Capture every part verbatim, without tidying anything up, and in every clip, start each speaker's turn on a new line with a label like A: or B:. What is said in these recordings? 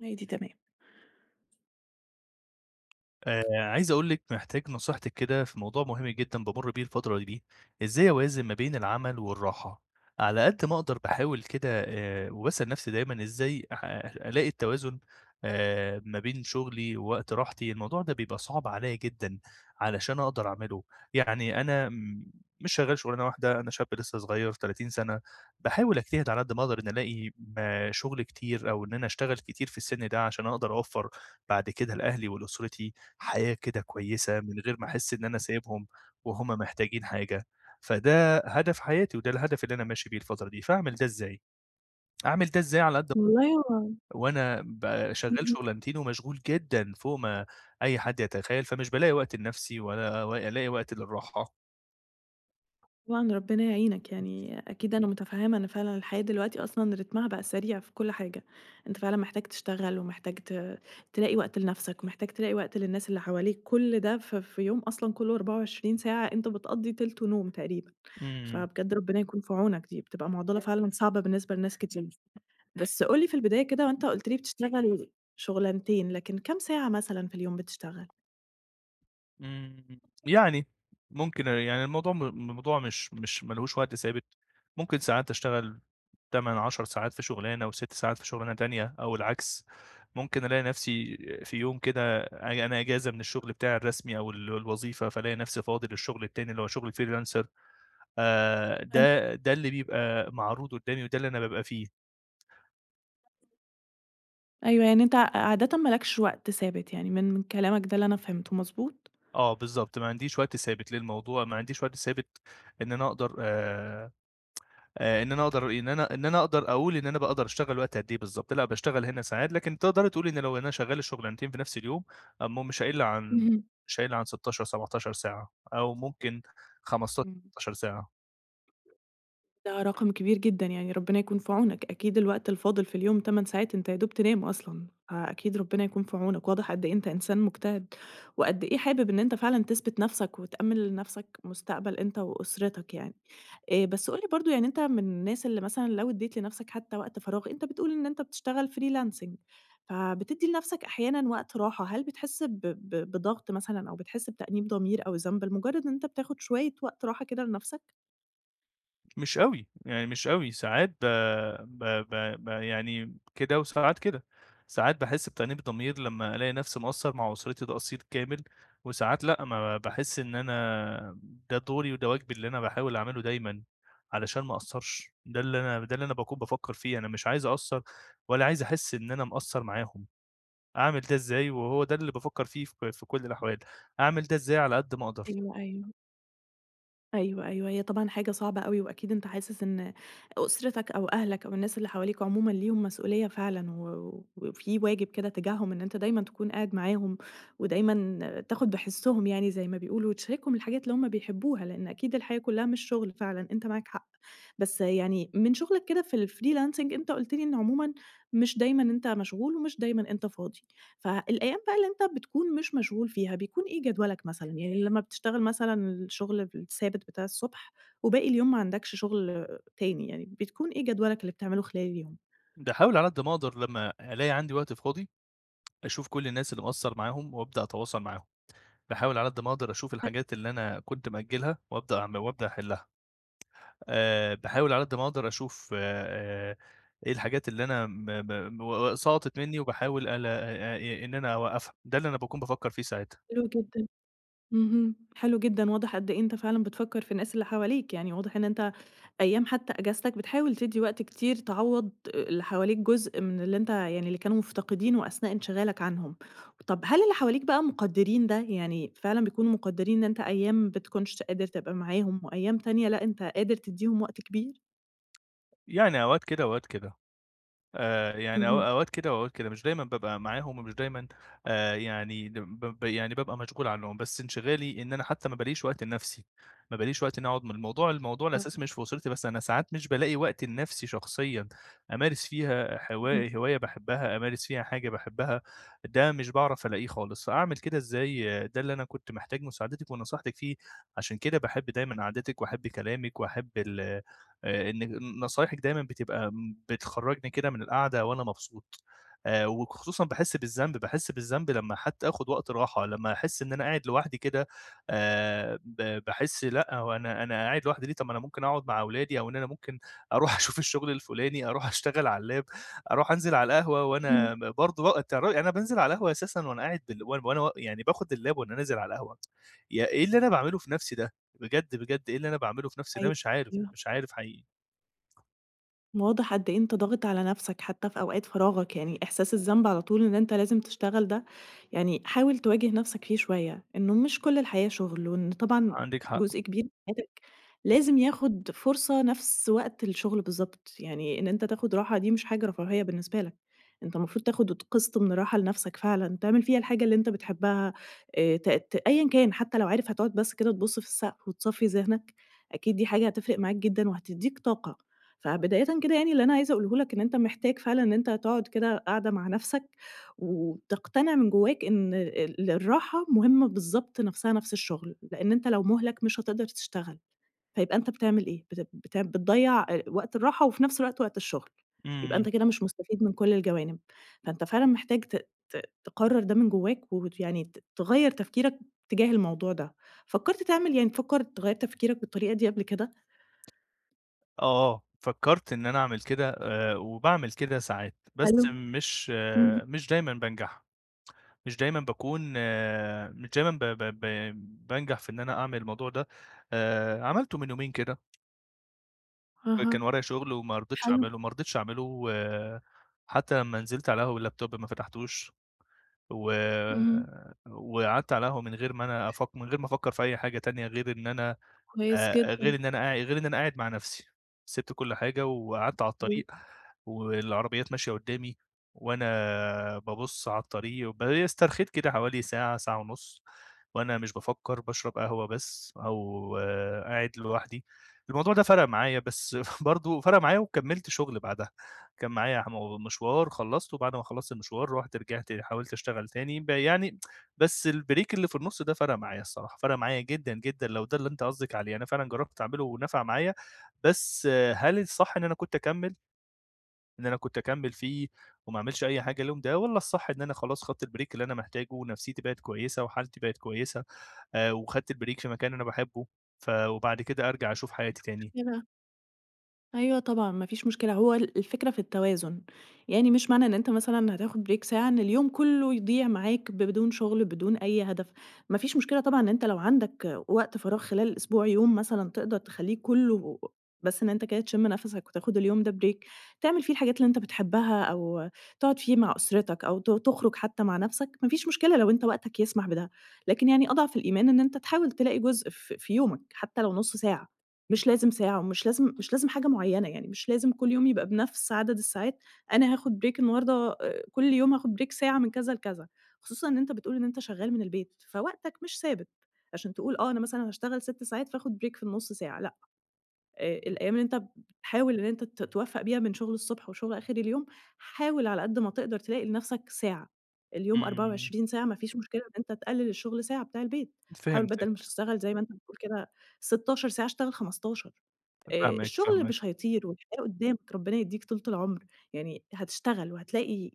A: هي دي تمام.
B: آآ، عايز أقول لِك محتاج نصيحتِك كده في موضوع مهم جدًا بامُر بيه الفترة دي، إزاي أوازن ما بين العمل والراحة. على قد ما أقدر باحاول كده آآ، وباسأل نفسي دايمًا إزاي أح ألاقي التوازن آآ، ما بين شغلي ووقت راحتي. الموضوع ده بيبقى صعب عليَّ جدًا علشان أقدر أعمله. يعني أنا م مش شغال شغلانة واحدة، أنا شاب لسه صغير تلاتين سنة، باحاول أجتهد على قد ما أقدر إن ألاقي ما شغل كتير أو إن أنا أشتغل كتير في السن ده عشان أقدر أوفّر بعد كده لأهلي ولأسرتي. حياة كده كويسة، من غير ما أحس إن أنا سايبهم وهُم محتاجين حاجة. فده هدف حياتي وده الهدف اللي أنا ماشي بيه الفترة دي، فاعمل ده إزاي؟ أعمل ده إزاي على قد.
A: والله هو
B: وأنا ب شغال
A: اهم.
B: شغلانتين ومشغول جدًا فوق ما أي حد يتخيل، فمش بالاقي وقت لنفسي ولا و ألاقي وقت للراحة.
A: طبعًا ربنا يعينك، يعني أكيد أنا متفهّمة إن فعلًا الحياة دلوقتي أصلًا رتمها بقى سريع في كل حاجة، أنت فعلًا محتاج تشتغل ومحتاج ت تلاقي وقت لنفسك، ومحتاج تلاقي وقت للناس اللي حواليك، كل ده ف في يوم أصلًا كله 24 ساعة أنت بتقضّي تِلته نوم تقريبًا،
B: إمم.
A: فبجد ربنا يكون في عونك، دي بتبقى معضلة فعلًا صعبة بالنسبة لناس كتير. بس قُل لي في البداية كده وأنت قُلت لي بتشتغل شغلانتين، لكن كام ساعة مثلًا في اليوم بتشتغل؟
B: إمم، يعني ممكن يعني الموضوع م الموضوع مش مش ما لهوش وقت ثابت. ممكن ساعات أشتغل تمانية، عشر ساعات في شغلانة و6 ساعات في شغلانة تانية أو العكس. ممكن ألاقي نفسي في يوم كده أ أنا إجازة من الشغل بتاعي الرسمي أو ال الوظيفة، فالاقي نفسي فاضي للشغل التاني اللي هو شغل الfreelancer. آآ، ده ده اللي بيبقى معروض قدامي وده اللي أنا بابقى فيه.
A: أيوه، يعني أنت ع عادةً ما لكش وقت ثابت يعني من من كلامك ده اللي أنا فهمته، مضبوط؟
B: آه، بالضبط، ما عنديش وقت ثابت للموضوع، ما عنديش وقت ثابت إن أنا أقدر. آآ آه، ان انا اقدر ان انا ان انا اقدر اقول ان انا بقدر اشتغل وقت قد ايه بالظبط. لا بشتغل هنا ساعات لكن تقدر تقول ان لو انا شغال الشغلانتين في نفس اليوم أما مش هقل عن
A: اهم،
B: مش هقل عن ستاشر سبعتاشر ساعة، او ممكن خمستاشر
A: إمم.
B: ستة عشر ساعة.
A: ده رقم كبير جدًا، يعني ربنا يكون في عونك، أكيد الوقت الفاضل في اليوم 8 ساعات أنت يا دوب تنام أصلًا، فأكيد ربنا يكون في عونك، واضح قد إيه أنت إنسان مجتهد، وقد إيه حابب إن أنت فعلًا تثبت نفسك وتأمِّن لنفسك مستقبل أنت وأسرتك يعني. آآ بس قُل لي برضه يعني أنت من الناس اللي مثلًا لو ادّيت لنفْسك حتى وقت فراغ، أنت بتقول إن أنت بتشتغل freelancing، فبتدّي لنفْسك أحيانًا وقت راحة، هل بتحس ب ب بضغط مثلًا أو بتحس بتأنيب ضمير أو ذنب لمجرد إن أنت بتاخد شوية وقت راحة كده لنفْسك؟
B: مش أوي، يعني مش أوي، ساعات ب ب ب ب يعني كده وساعات كده. ساعات باحس بتأنيب ضمير لمّا ألاقي نفسي مقصّر مع أسرتي تقصير كامل، وساعات لأ، ما باحس. إن أنا ده دوري وده واجبي اللي أنا باحاول أعمله دايمًا علشان ما أقصّرش، ده اللي أنا ده اللي أنا باكون بافكّر فيه. أنا مش عايز أقصّر ولا عايز أحس إن أنا مقصّر معاهم. أعمل ده إزاي؟ وهو ده اللي بافكّر فيه في في كل الأحوال. أعمل ده إزاي على قد ما أقدر؟
A: أيوه، أيوه. أيوه، أيوه، هي طبعًا حاجة صعبة أوي، وأكيد أنت حاسس إن أسرتك أو أهلك أو الناس اللي حواليك عمومًا ليهم مسؤولية فعلًا، و وفي واجب كده تجاههم إن أنت دايمًا تكون قاعد معاهم، ودايمًا تاخد بحسهم يعني زي ما بيقولوا، وتشاركهم الحاجات اللي هُم بيحبوها، لأن أكيد الحياة كلها مش شغل فعلًا، أنت معاك حق. بس يعني من شغلك كده في الfreelancing أنت قُلت لي إن عمومًا مش دايمًا أنت مشغول، ومش دايمًا أنت فاضي. فالأيام بقى اللي أنت بتكون مش مشغول فيها، بيكون إيه جدولك مثلًا؟ يعني لمّا بتشتغل مثلًا الشغل الثابت بتاع الصبح وباقي اليوم ما عندكش شغل تاني يعني، بتكون إيه جدولك اللي بتعمله خلال اليوم؟
B: باحاول على قد ما أقدر لمّا ألاقي عندي وقت فاضي أشوف كل الناس اللي مقصّر معاهم وأبدأ أتواصل معاهم. باحاول على قد ما أقدر أشوف الحاجات اللي أنا كنت مأجّلها وأبدأ أعم وأبدأ أحلّها. آآ باحاول على قد ما أقدر أشوف آآ إيه الحاجات اللي أنا م م و سقطت منّي وباحاول ألا آآ إن أنا أوقّفها. ده اللي أنا باكون بافكّر فيه ساعتها.
A: حلو جدًا. اهم، حلو جدًا، واضح قد إيه أنت فعلًا بتفكّر في الناس اللي حواليك، يعني واضح إن أنت أيام حتى أجازتك بتحاول تدّي وقت كتير تعوّض اللي حواليك جزء من اللي أنت يعني اللي كانوا مفتقدينه أثناء انشغالك عنهم. طَب هل اللي حواليك بقى مقدّرين ده؟ يعني فعلًا بيكونوا مقدّرين إن أنت أيام ما بتكونش قادر تبقى معاهم وأيام تانية لأ، أنت قادر تدّيهم وقت كبير؟
B: يعني أوقات كده وأوقات كده. آآ، يعني أو
A: اهم،
B: أوقات كده وأوقات كده، مش دايمًا بابقى معاهم ومش دايمًا. آآ، يعني ب ب يعني بابقى مشغول عنهم، بس انشغالي إن أنا حتى ما بالاقيش وقت لنفسي. ما بالاقيش وقت إني أقعد. م الموضوع الموضوع
A: آه،
B: الأساسي مش في أسرتي بس، أنا ساعات مش بالاقي وقت لنفسي شخصيًا أمارس فيها
A: اهم،
B: حوا هواية باحبها، أمارس فيها حاجة باحبها. ده مش باعرف ألاقيه خالص، فأعمل كده إزاي؟ آه، ده اللي أنا كنت محتاج مساعدتِك ونصيحتِك فيه. عشان كده باحب دايمًا قعدتِك وأحب كلامِك وأحب ال آآ إن نصايحِك دايمًا بتبقى م بتخرّجني كده من القعدة وأنا مبسوط. آآ وخصوصًا باحس بالذنب، باحس بالذنب لمّا حتى آخُد وقت راحة، لمّا أحس إن أنا قاعد لوحدي كده. آآ ب باحس لأ، هو أنا أنا قاعد لوحدي ليه؟ طَب ما أنا ممكن أقعد مع أولادي أو إن أنا ممكن أروح أشوف الشغل الفُلاني، أروح أشتغل على اللاب، أروح أنزل على القهوة وأنا
A: اهم،
B: ب برضه بقى. أنت ر أنا بانزل على القهوة أساسًا وأنا قاعد بال وأنا وأنا و يعني باخُد اللاب وأنا نازل على القهوة. يا إيه اللي أنا باعمله في نَفْسي ده؟ بجد، بجد إيه اللي أنا باعمله في نَفْسي ده؟ مش عارف،
A: أيوه.
B: مش عارف حقيقي.
A: واضح قد إيه أنت ضاغط على نفسك حتى في أوقات فراغك، يعني إحساس الذنب على طول إن أنت لازم تشتغل ده، يعني حاول تواجه نفسك فيه شوية، إنه مش كل الحياة شغل، وإن طبعًا
B: عندِك حق.
A: جزء كبير من حياتك لازم ياخد فرصة نفس وقت الشغل بالضبط، يعني إن أنت تاخد راحة دي مش حاجة رفاهية بالنسبة لك، أنت المفروض تاخد قسط من الراحة لنفسك فعلًا، تعمل فيها الحاجة اللي أنت بتحبها، آآ ت ت أيًا كان حتى لو عارف هتقعد بس كده تبُص في السقف وتصفي ذهنك، أكيد دي حاجة هتفرق معاك جدًا وهتدّيك طاقة. فبدايةً كده يعني اللي أنا عايزة أقوله لك إن أنت محتاج فعلًا إن أنت تقعد كده قعدة مع نفسك، وتقتنع من جواك إن ال الراحة مهمة بالضبط نفسها نفس الشغل، لإن أنت لو مُهلَك مش هتقدر تشتغل، فيبقى أنت بتعمل إيه؟ بت بت بتضيّع آآ وقت الراحة وفي نفس الوقت وقت الشغل، يبقى
B: إمم.
A: أنت كده مش مستفيد من كل الجوانب، فأنت فعلًا محتاج ت ت تقرر ده من جواك وت يعني ت تغيّر تفكيرك تجاه الموضوع ده، فكرت تعمل يعني تفكر تغيّر تفكيرك بالطريقة دي قبل كده؟
B: آه. آه، فكّرت إن أنا أعمل كده، آآ، وباعمل كده ساعات،
A: ألو،
B: بس مش
A: اهم،
B: مش دايمًا بانجح، مش دايمًا باكون مش دايمًا ب ب ب بانجح في إن أنا أعمل الموضوع ده. آآ، عملته من يومين كده، ك كان
A: أها.
B: ورايا شغل وما رضيتش
A: حلو،
B: أعمله، ما رضيتش أعمله. و حتى لمّا نزلت على القهوة باللابتوب ما فتحتوش، و
A: اهم،
B: وقعدت على القهوة من غير ما أنا أفك من غير ما أفكّر في أي حاجة تانية غير إن أنا،
A: كويس
B: آآ غير
A: جدًا،
B: إن أنا قاع غير إن أنا قاعد مع نفسي. سِبت كل حاجة وقعدت على
A: حلو،
B: الطريق، والعربيات ماشية قدّامي، وأنا بابُص على الطريق وب استرخيت كده حوالي ساعة، ساعة ونُص، وأنا مش بافكّر، باشرب قهوة بس أو قاعد لوحدي. الموضوع ده فرَق معايا، بس برضه فرَق معايا وكمّلت شُغل بعدها، كان معايا م مشوار خلّصته، بعد ما خلّصت المشوار رُحت رجعت حاولت أشتغل تاني. ب يعني بس البريك اللي في النُص ده فرَق معايا الصراحة، فرَق معايا جدًا، جدًا، لو ده اللي أنت قصدِك عليه، أنا فعلًا جرّبت أعمله ونفع معايا. بس هل الصح إن أنا كنت أكمّل، إن أنا كنت أكمّل فيه وما أعملش أي حاجة اليوم ده، والّا الصح إن أنا خلاص خدت البريك اللي أنا محتاجه ونفسيتي بقت كويسة وحالتي بقت كويسة، آآ وخدت البريك في مكان أنا باحبه، ف وبعد كده أرجع أشوف حياتي تاني؟
A: كده أيوه طبعًا، ما فيش مشكلة، هو ال الفكرة في التوازن، يعني مش معنى إن أنت مثلًا هتاخد بريك ساعة إن اليوم كلّه يضيع معاك بدون شغل، بدون أي هدف، ما فيش مشكلة طبعًا إن أنت لو عندك وقت فراغ خلال الأسبوع يوم مثلًا تقدر تخلّيه كلّه بس إن أنت كده تشم نفسك وتاخد اليوم ده بريك، تعمل فيه الحاجات اللي أنت بتحبها أو تقعد فيه مع أسرتك أو ت تخرج حتى مع نفسك، ما فيش مشكلة لو أنت وقتك يسمح بده، لكن يعني أضعف الإيمان إن أنت تحاول تلاقي جزء ف في يومك حتى لو نُص ساعة. مش لازم ساعة ومش لازم مش لازم حاجة معيّنة، يعني مش لازم كل يوم يبقى بنفس عدد الساعات، أنا هاخد break النهارده آآ كل يوم هاخد break ساعة من كذا لكذا، خصوصًا إن أنت بتقول إن أنت شغّال من البيت، فوقتك مش ثابت، عشان تقول آه أنا مثلًا هاشتغل 6 ساعات فاخد break في النُص ساعة، لأ، آآ الأيام اللي أنت بتحاول إن أنت ت توفّق بيها بين شغل الصبح وشغل آخر اليوم، حاول على قد ما تقدر تلاقي لنفسك ساعة، اليوم
B: إمم،
A: 24 ساعة ما فيش مشكلة إن أنت تقلل الشغل ساعة بتاع البيت، حاول بدل ما
B: فهمتِك.
A: تشتغل زي ما أنت بتقول كده 16 ساعة اشتغل خمستاشر. آآ
B: فاهمِك،
A: الشغل
B: فاهمِك،
A: مش هيطير والحياة قدّامك، ربنا يدّيك طولة العمر، يعني هتشتغل وهتلاقي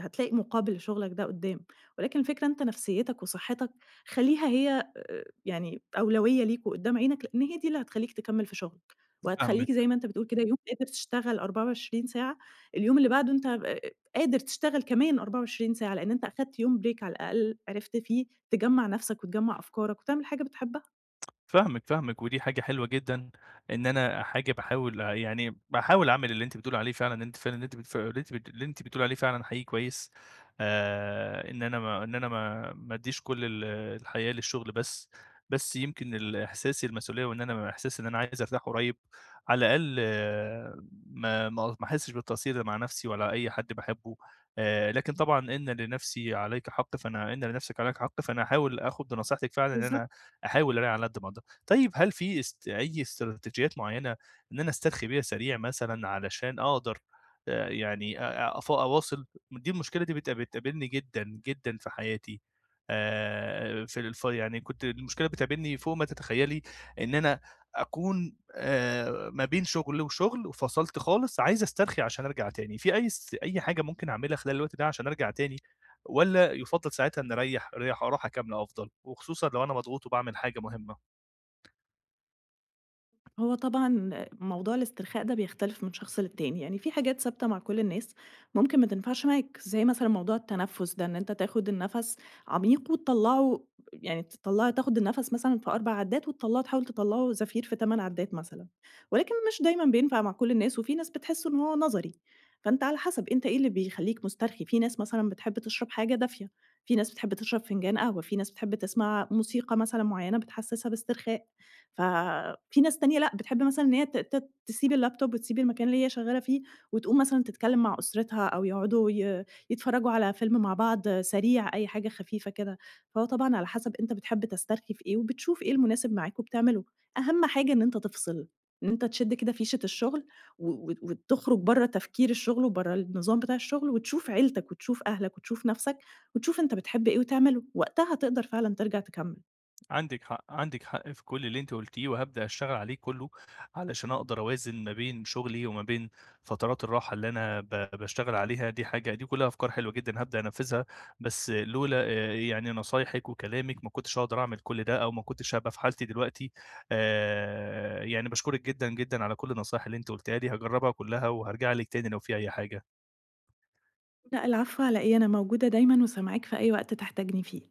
A: هتلاقي مقابل لشغلك ده قدّام، ولكن الفكرة أنت نفسيّتك وصحّتك خلّيها هي آآ يعني أولوية ليك وقدّام عينك، لإن هي دي اللي هتخلّيك تكمّل في شغلك، وهتخلّيك زي
B: فاهمِك.
A: ما أنت بتقول كده يوم قادر تشتغل 24 ساعة، اليوم اللي بعده أنت آآ قادر تشتغل كمان 24 ساعة، لإن أنت أخدت يوم break على الأقل عرفت فيه تجمّع نفسك وتجمّع أفكارك وتعمل حاجة بتحبها.
B: فاهمِك، فاهمِك، ودي حاجة حلوة جدًا، إن أنا حاجة باحاول يعني باحاول أعمل اللي أنتِ بتقولي عليه فعلًا. أنتِ فعلًا اللي أنتِ بتف اللي أنتِ بت اللي أنتِ بتقولي عليه فعلًا حقيقي كويس. آآ، إن أنا ما إن أنا ما ما أديش كل ال الحياة للشغل بس، بس يمكن ال إحساسي المسؤولية وإن أنا إحساس إن أنا عايز أرتاح قريب، على الأقل ما ما ما أحسش بالتقصير لا مع نفسي ولا أي حد باحبه. آآ، لكن طبعًا إن لنفسي عليك حق، فأنا إن لنفسك عليك حق، فأنا هاحاول آخد بنصيحتِك فعلًا إن
A: بالضبط.
B: أنا أحاول أراعي على قد ما أقدر. طيب هل في است أي استراتيجيات معيّنة إن أنا أسترخي بيها سريع مثلًا علشان أقدر، آآ يعني أ أ- أف أواصل؟ دي المشكلة دي بتقاب بتقابلني جدًا، جدًا في حياتي. آآ في الف يعني كنت المشكلة بتقابلني فوق ما تتخيّلي، إن أنا أكون، آآ ما بين شُغل وشُغل وفصلت خالص، عايز أسترخي عشان أرجع تاني. في أي س أي حاجة ممكن أعملها خلال الوقت ده عشان أرجع تاني، والّا يُفضّل ساعتها إني أريّح ريح راحة كاملة أفضل، وخصوصًا لو أنا مضغوط وباعمل حاجة مهمة؟
A: هو طبعًا موضوع الاسترخاء ده بيختلف من شخص للتاني، يعني في حاجات ثابتة مع كل الناس ممكن ما تنفعش معاك، زي مثلًا موضوع التنفس ده، إن أنت تاخد النفس عميق وتطلّعه يعني تطلّع تاخد النفس مثلًا في 4 عدّات وتطلّعه تحاول تطلّعه زفير في 8 عدّات مثلًا، ولكن مش دايمًا بينفع مع كل الناس، وفي ناس بتحس إن هو نظري، فأنت على حسب أنت إيه اللي بيخلّيك مسترخي، في ناس مثلًا بتحب تشرب حاجة دافية، في ناس بتحب تشرب فنجان قهوة، في ناس بتحب تسمع موسيقى مثلًا معيّنة بتحسسها باسترخاء. ففي ناس تانية لأ، بتحب مثلًا إن هي ت ت تسيب اللابتوب وتسيب المكان اللي هي شغالة فيه، وتقوم مثلًا تتكلم مع أسرتها أو يقعدوا ي يتفرجوا على فيلم مع بعض سريع، أي حاجة خفيفة كده. فهو طبعًا على حسب أنت بتحب تسترخي في إيه، وبتشوف إيه المناسب معاك وبتعمله. أهم حاجة إن أنت تفصل، إن أنت تشد كده فيشة الشغل و و وتخرج برّه تفكير الشغل وبرّه النظام بتاع الشغل، وتشوف عيلتك وتشوف أهلك وتشوف نفسك، وتشوف أنت بتحب إيه وتعمله، وقتها تقدر فعلًا ترجع تكمل.
B: عندِك حق، عندِك حق في كل اللي أنتِ قُلتيه، وهابدأ أشتغل عليه كلّه علشان أقدر أوازن ما بين شغلي وما بين فترات الراحة اللي أنا ب باشتغل عليها. دي حاجة دي كلّها أفكار حلوة جدًا هابدأ أنفّذها. بس لولا، آآ يعني، نصايحِك وكلامِك ما كنتش هاقدر أعمل كل ده، أو ما كنتش هابقى في حالتي دلوقتي. آآ يعني باشكرِك جدًا، جدًا على كل النصايح اللي أنتِ قُلتيها لي، هاجرّبها كلّها وهارجع لِك تاني لو في أي حاجة.
A: لأ العفو على إيه، أنا موجودة دايمًا وسامعاك في أي وقت تحتاجني فيه.